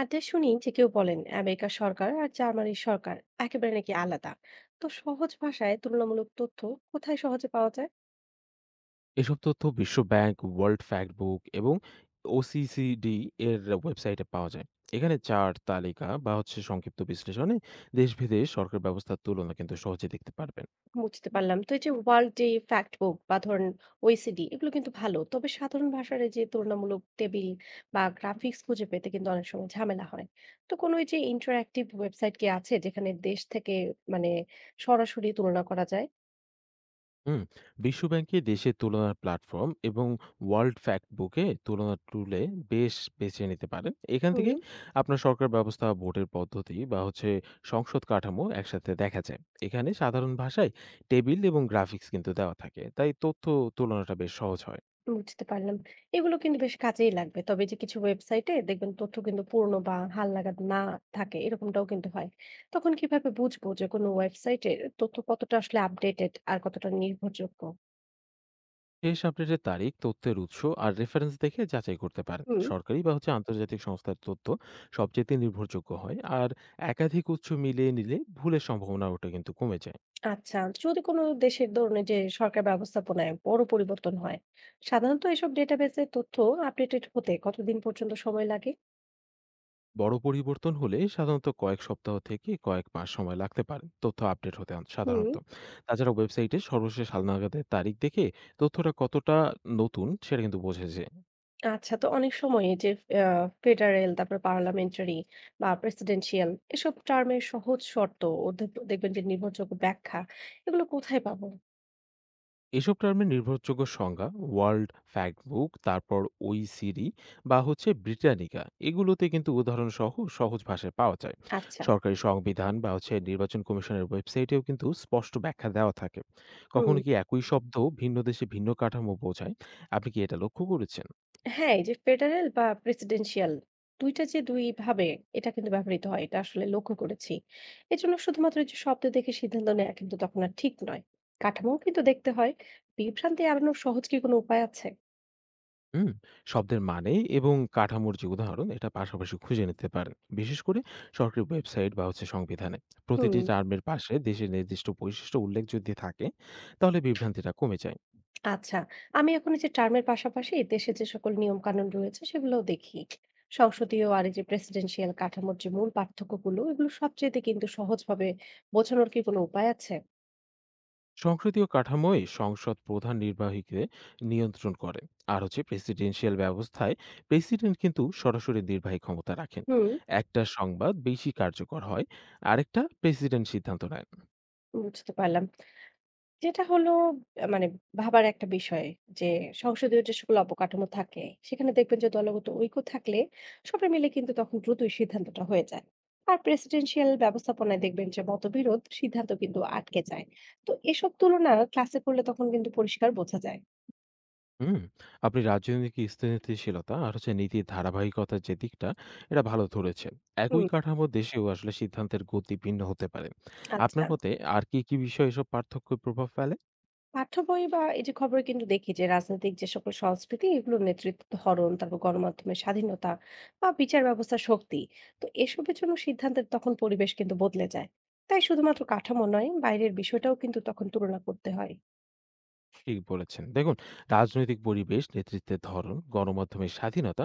আড্ডা শুনি যে কেউ বলেন আমেরিকা সরকার আর জার্মানির সরকার একেবারে নাকি আলাদা। তো সহজ ভাষায় তুলনামূলক তথ্য কোথায় সহজে পাওয়া যায়? এসব তথ্য বিশ্ব ব্যাংক, ওয়ার্ল্ড ফ্যাক্ট বুক এবং ওসিসিডি এর ওয়েবসাইটে পাওয়া যায়। এখানে চার্ট, তালিকা বা হচ্ছে সংক্ষিপ্ত বিশ্লেষণে দেশ-ভেদে সরকার ব্যবস্থার তুলনা কিন্তু সহজে দেখতে পারবেন। বুঝতে পারলাম। তো এই যে ওয়ার্ল্ড ডে ফ্যাক্ট বুক বা ধরেন ওইসিডি, এগুলো কিন্তু ভালো, তবে সাধারণ ভাষার এই যে তুলনামূলক টেবিল বা গ্রাফিক্স খুঁজে পেতে কিন্তু অনেক সময় ঝামেলা হয়। তো কোনো এই যে ইন্টারঅ্যাক্টিভ ওয়েবসাইট কি আছে যেখানে দেশ থেকে মানে সরাসরি তুলনা করা যায়? হুম, বিশ্ব ব্যাংকে দেশের তুলনার প্ল্যাটফর্ম এবং ওয়ার্ল্ড ফ্যাক্ট বুকে তুলনা টুলে বেশ বেছে নিতে পারেন। এখান হুম। থেকে আপনার সরকার ব্যবস্থা, ভোটের পদ্ধতি বা হচ্ছে সংসদ কাঠামো একসাথে দেখা যায়। এখানে সাধারণ ভাষায় টেবিল এবং গ্রাফিক্স কিন্তু দেওয়া থাকে। তাই তথ্য তুলনাটা বেশ সহজ হয়। বুঝতে পারলাম। এগুলো কিন্তু বেশ কাজেই লাগবে। তবে এই যে কিছু ওয়েবসাইটে দেখবেন তথ্য কিন্তু পুরনো বা হালনাগাদ না থাকে, এরকমটাও কিন্তু হয়। তখন কিভাবে বুঝবো যে কোনো ওয়েবসাইটের তথ্য কতটা আসলে আপডেটেড আর কতটা নির্ভরযোগ্য? শেষ আপডেটের তারিখ, তথ্যের উৎস আর রেফারেন্স দেখে যাচাই করতে পারেন। হুম। সরকারি বা হচ্ছে আন্তর্জাতিক সংস্থার তথ্য সবচেয়ে নির্ভরযোগ্য হয়, আর একাধিক উৎস মিলিয়ে নিলে ভুলের সম্ভাবনা ওটা কিন্তু কমে যায়। আচ্ছা, যদি কোনো দেশের ধরুন এই যে সরকার ব্যবস্থাপনায় বড় পরিবর্তন হয়, সাধারণত এসব ডেটাবেসের তথ্য আপডেটেড হতে কতদিন পর্যন্ত সময় লাগে? বড় পরিবর্তন হলে সাধারণত কয়েক সপ্তাহ থেকে কয়েক মাস সময় লাগতে পারে তথ্য আপডেট হতে হুম। সাধারণত। তাছাড়া ওয়েবসাইটে সর্বশেষ হালনাগাদের তারিখ দেখে তথ্যটা কতটা নতুন সেটা কিন্তু বোঝা যায়। আচ্ছা, তো অনেক সময় এই যে ফেডারেল তারপর পার্লামেন্টারি বা প্রেসিডেন্সিয়াল এসব টার্মের সহজ শর্ত ও দেখবেন যে নির্ভরযোগ্য ব্যাখ্যা এগুলো কোথায় পাবো? এসব টার্মের নির্ভরযোগ্য সংজ্ঞা ওয়ার্ল্ড ফ্যাক্ট বুক, তারপর ওইসিডি বা হচ্ছে ব্রিটানিকা এগুলোতে কিন্তু উদাহরণ সহ সহজ ভাষায় পাওয়া যায়। আচ্ছা। সরকারি সংবিধান বা হচ্ছে নির্বাচন কমিশনের ওয়েবসাইটেও কিন্তু স্পষ্ট ব্যাখ্যা দেওয়া থাকে। হুম। কখনো কি একই শব্দ ভিন্ন দেশে ভিন্ন কাঠামো বোঝায়? আপনি কি এটা লক্ষ্য করেছেন? হ্যাঁ, এই যে ফেডারেল বা প্রেসিডেন্সিয়াল দুইটা যে দুই ভাবে এটা কিন্তু ব্যবহৃত হয়, এটা আসলে লক্ষ্য করেছি। এজন্য শুধুমাত্র এই যে শব্দ দেখে সিদ্ধান্ত নেওয়া কিন্তু তখন আর ঠিক নয়, কাঠামো কিন্তু দেখতে হয়। বিভ্রান্তি এড়ানোর সহজ কি কোনো উপায় আছে? হুম, শব্দের মানে এবং কাঠামোর যে উদাহরণ এটা পাশাপাশি খুঁজে নিতে পারেন। বিশেষ করে সরকারি ওয়েবসাইট বা হচ্ছে সংবিধানে হুম। প্রতিটি টার্মের পাশে দেশের নির্দিষ্ট বৈশিষ্ট্য উল্লেখ যদি থাকে, তাহলে বিভ্রান্তিটা কমে যায়। আচ্ছা। আমি এখন এই যে টার্মের পাশাপাশি দেশে যে সকল নিয়মকানুন রয়েছে সেগুলোও দেখি। সংসদীয় আর এই যে প্রেসিডেন্সিয়াল কাঠামোর যে মূল পার্থক্যগুলো এগুলো সবচাইতে কিন্তু সহজভাবে বোঝানোর কি কোনো উপায় আছে? সংসদীয় কাঠামোই সংসদ প্রধান নির্বাহীকে নিয়ন্ত্রণ করে, আর হচ্ছে প্রেসিডেন্সিয়াল ব্যবস্থায় প্রেসিডেন্ট কিন্তু সরাসরি নির্বাহী ক্ষমতা রাখেন। হুম, একটা সংবাদ বেশি কার্যকর হয়, আরেকটা প্রেসিডেন্ট সিদ্ধান্ত নেয়। বুঝতে পারলাম। যেটা হলো আ মানে ভাবার একটা বিষয়, যে সংসদীয় যে সকল অবকাঠামো থাকে সেখানে দেখবেন যে দলগত ঐক্য থাকলে সবাই মিলে কিন্তু তখন দ্রুতই সিদ্ধান্তটা হয়ে যায়, আর প্রেসিডেন্সিয়াল ব্যবস্থাপনায় দেখবেন যে মতবিরোধ সিদ্ধান্ত কিন্তু আটকে যায়। তো এসব তুলনা ক্লাসে করলে তখন কিন্তু পরিষ্কার বোঝা যায়। হুম, আপনি রাজনৈতিক স্থিতিশীলতা আর হচ্ছে নীতির ধারাবাহিকতার যে দিকটা এটা ভালো ধরেছেন। একই হুম। কাঠামো দেশেও আসলে সিদ্ধান্তের গতি ভিন্ন হতে পারে। আপনার আচ্ছা। মতে আর কি, কি বিষয়ে এসব পার্থক্য প্রভাব ফেলে? পাঠ্য বই বা এই যে খবরে কিন্তু দেখি যে রাজনৈতিক যে সকল সংস্কৃতি, এগুলো নেতৃত্ব ধরন তারপর গণমাধ্যমের স্বাধীনতা বা বিচার ব্যবস্থার শক্তি, তো এসবের জন্য সিদ্ধান্তের তখন পরিবেশ কিন্তু বদলে যায়। তাই শুধুমাত্র কাঠামো নয়, বাইরের বিষয়টাও কিন্তু তখন তুলনা করতে হয়। ঠিক বলেছেন। দেখুন, রাজনৈতিক পরিবেশ, নেতৃত্বের ধরন, গণমাধ্যমের স্বাধীনতা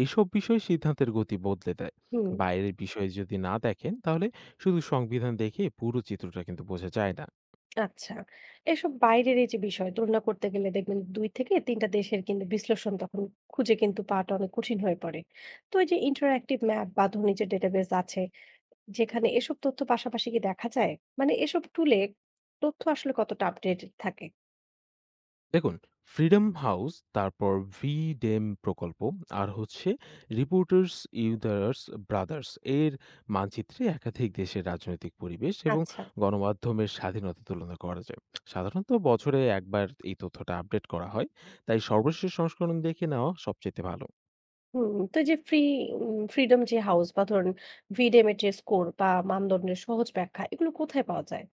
এইসব বিষয় সিদ্ধান্তের গতি বদলে দেয়। হুম। বাইরের বিষয় যদি না দেখেন, তাহলে শুধু সংবিধান দেখে পুরো চিত্রটা কিন্তু বোঝা যায় না। আচ্ছা। এসব বাইরের এই যে বিষয় তুলনা করতে গেলে দেখবেন দুই থেকে তিনটা দেশের কিন্তু বিশ্লেষণ তখন খুঁজে কিন্তু পাওয়াটা অনেক কঠিন হয়ে পড়ে। তো এই যে ইন্টারঅ্যাক্টিভ ম্যাপ বা ধনী যে ডেটাবেস আছে যেখানে এসব তথ্য পাশাপাশি কি দেখা যায়? এসব টুলে তথ্য আসলে কতটা আপডেটেড থাকে? দেখুন, ফ্রিডম হাউস, তারপর ভিডেম প্রকল্প আর হচ্ছে রিপোর্টার্স ইউদার্স ব্রাদার্স এর মানচিত্রে একাধিক দেশের রাজনৈতিক পরিবেশ এবং আচ্ছা। গণমাধ্যমের স্বাধীনতা তুলনা করা যায়। সাধারণত বছরে একবার এই তথ্যটা আপডেট করা হয়। তাই সর্বশেষ সংস্করণ দেখে নেওয়া সবচাইতে ভালো। হুম, তো এই যে ফ্রিডম যে হাউস বা ধরুন VDM এর যে স্কোর বা মানদণ্ডের সহজ ব্যাখ্যা এগুলো কোথায় পাওয়া যায়?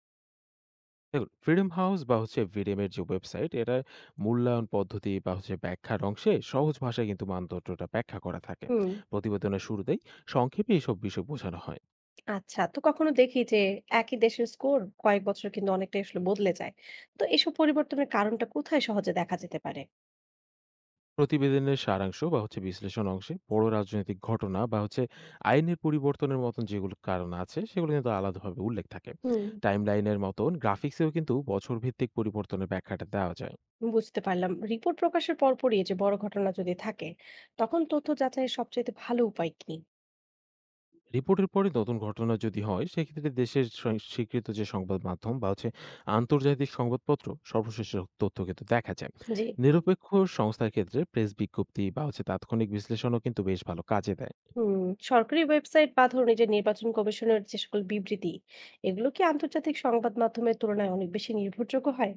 দেখুন, ফ্রিডম হাউস বা হচ্ছে ভিডেমের যে ওয়েবসাইট এটার মূল্যায়ন পদ্ধতি বা হচ্ছে ব্যাখ্যার অংশে সহজ ভাষায় কিন্তু মানদণ্ডটা ব্যাখ্যা করা থাকে। হুম, প্রতিবেদনের শুরুতেই সংক্ষেপে এসব বিষয় বোঝানো হয়। আচ্ছা। তো কখনো দেখি যে একই দেশের স্কোর কয়েক বছর কিন্তু অনেকটাই আসলে বদলে যায়। তো এসব পরিবর্তনের কারণটা কোথায় সহজে দেখা যেতে পারে? প্রতিবেদনের সারাংশ বা হচ্ছে বিশ্লেষণ অংশে বড় রাজনৈতিক ঘটনা বা হচ্ছে আইনের পরিবর্তনের মতন যেগুলো কারণ আছে সেগুলো কিন্তু আলাদাভাবে উল্লেখ থাকে। হুম, টাইমলাইনের মতন গ্রাফিক্সেও কিন্তু বছর ভিত্তিক পরিবর্তনের ব্যাখ্যাটা দেওয়া যায়। বুঝতে পারলাম। রিপোর্ট প্রকাশের পরপরই যে বড় ঘটনা যদি থাকে, তখন তথ্য যাচাইয়ের সবচাইতে ভালো উপায় কি? রিপোর্টের পরে নতুন ঘটনা যদি হয় সেক্ষেত্রে দেশের স্বীকৃত যে সংবাদ মাধ্যম বা হচ্ছে আন্তর্জাতিক সংবাদপত্র সর্বশেষ তথ্য কিন্তু দেখা যায়। জি। নিরপেক্ষ সংস্থার ক্ষেত্রে প্রেস বিজ্ঞপ্তি বা হচ্ছে তাৎক্ষণিক বিশ্লেষণও কিন্তু বেশ ভালো কাজে দেয়। হুম। সরকারি ওয়েবসাইট বা ধরুন এই যে নির্বাচন কমিশনের যে সকল বিবৃতি এগুলো কি আন্তর্জাতিক সংবাদ মাধ্যমের তুলনায় অনেক বেশি নির্ভরযোগ্য হয়?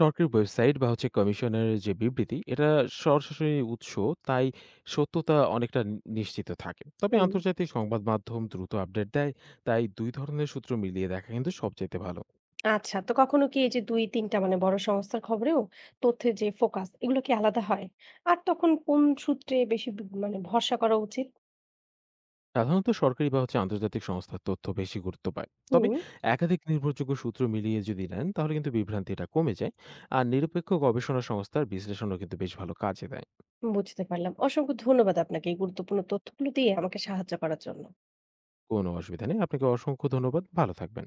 সরকারি ওয়েবসাইট বা হচ্ছে কমিশনের যে বিবৃতি এটা সরাসরি উৎস, তাই সত্যতা অনেকটা নিশ্চিত থাকে, তবে হুম। আন্তর্জাতিক সংবাদ মাধ্যম দ্রুত আপডেট দেয়। তাই দুই ধরনের সূত্র মিলিয়ে দেখা কিন্তু সবচাইতে ভালো। আচ্ছা, তো কখনো কি এই যে দুই তিনটা বড় সংস্থার খবরেও তথ্যের যে ফোকাস এগুলো কি আলাদা হয়? আর তখন কোন সূত্রে বেশি বি- মানে ভরসা করা উচিত? সাধারণত সরকারি বা হচ্ছে আন্তর্জাতিক সংস্থার তথ্য বেশি গুরুত্ব পায়, তবে হুম, একাধিক নির্ভরযোগ্য সূত্র মিলিয়ে যদি নেন তাহলে কিন্তু বিভ্রান্তিটা কমে যায়। আর নিরপেক্ষ গবেষণা সংস্থার বিশ্লেষণও কিন্তু বেশ ভালো কাজে দেয়। বুঝতে পারলাম। অসংখ্য ধন্যবাদ আপনাকে এই গুরুত্বপূর্ণ তথ্যগুলো দিয়ে আমাকে সাহায্য করার জন্য। কোনো অসুবিধা নেই, আপনাকে অসংখ্য ধন্যবাদ, ভালো থাকবেন।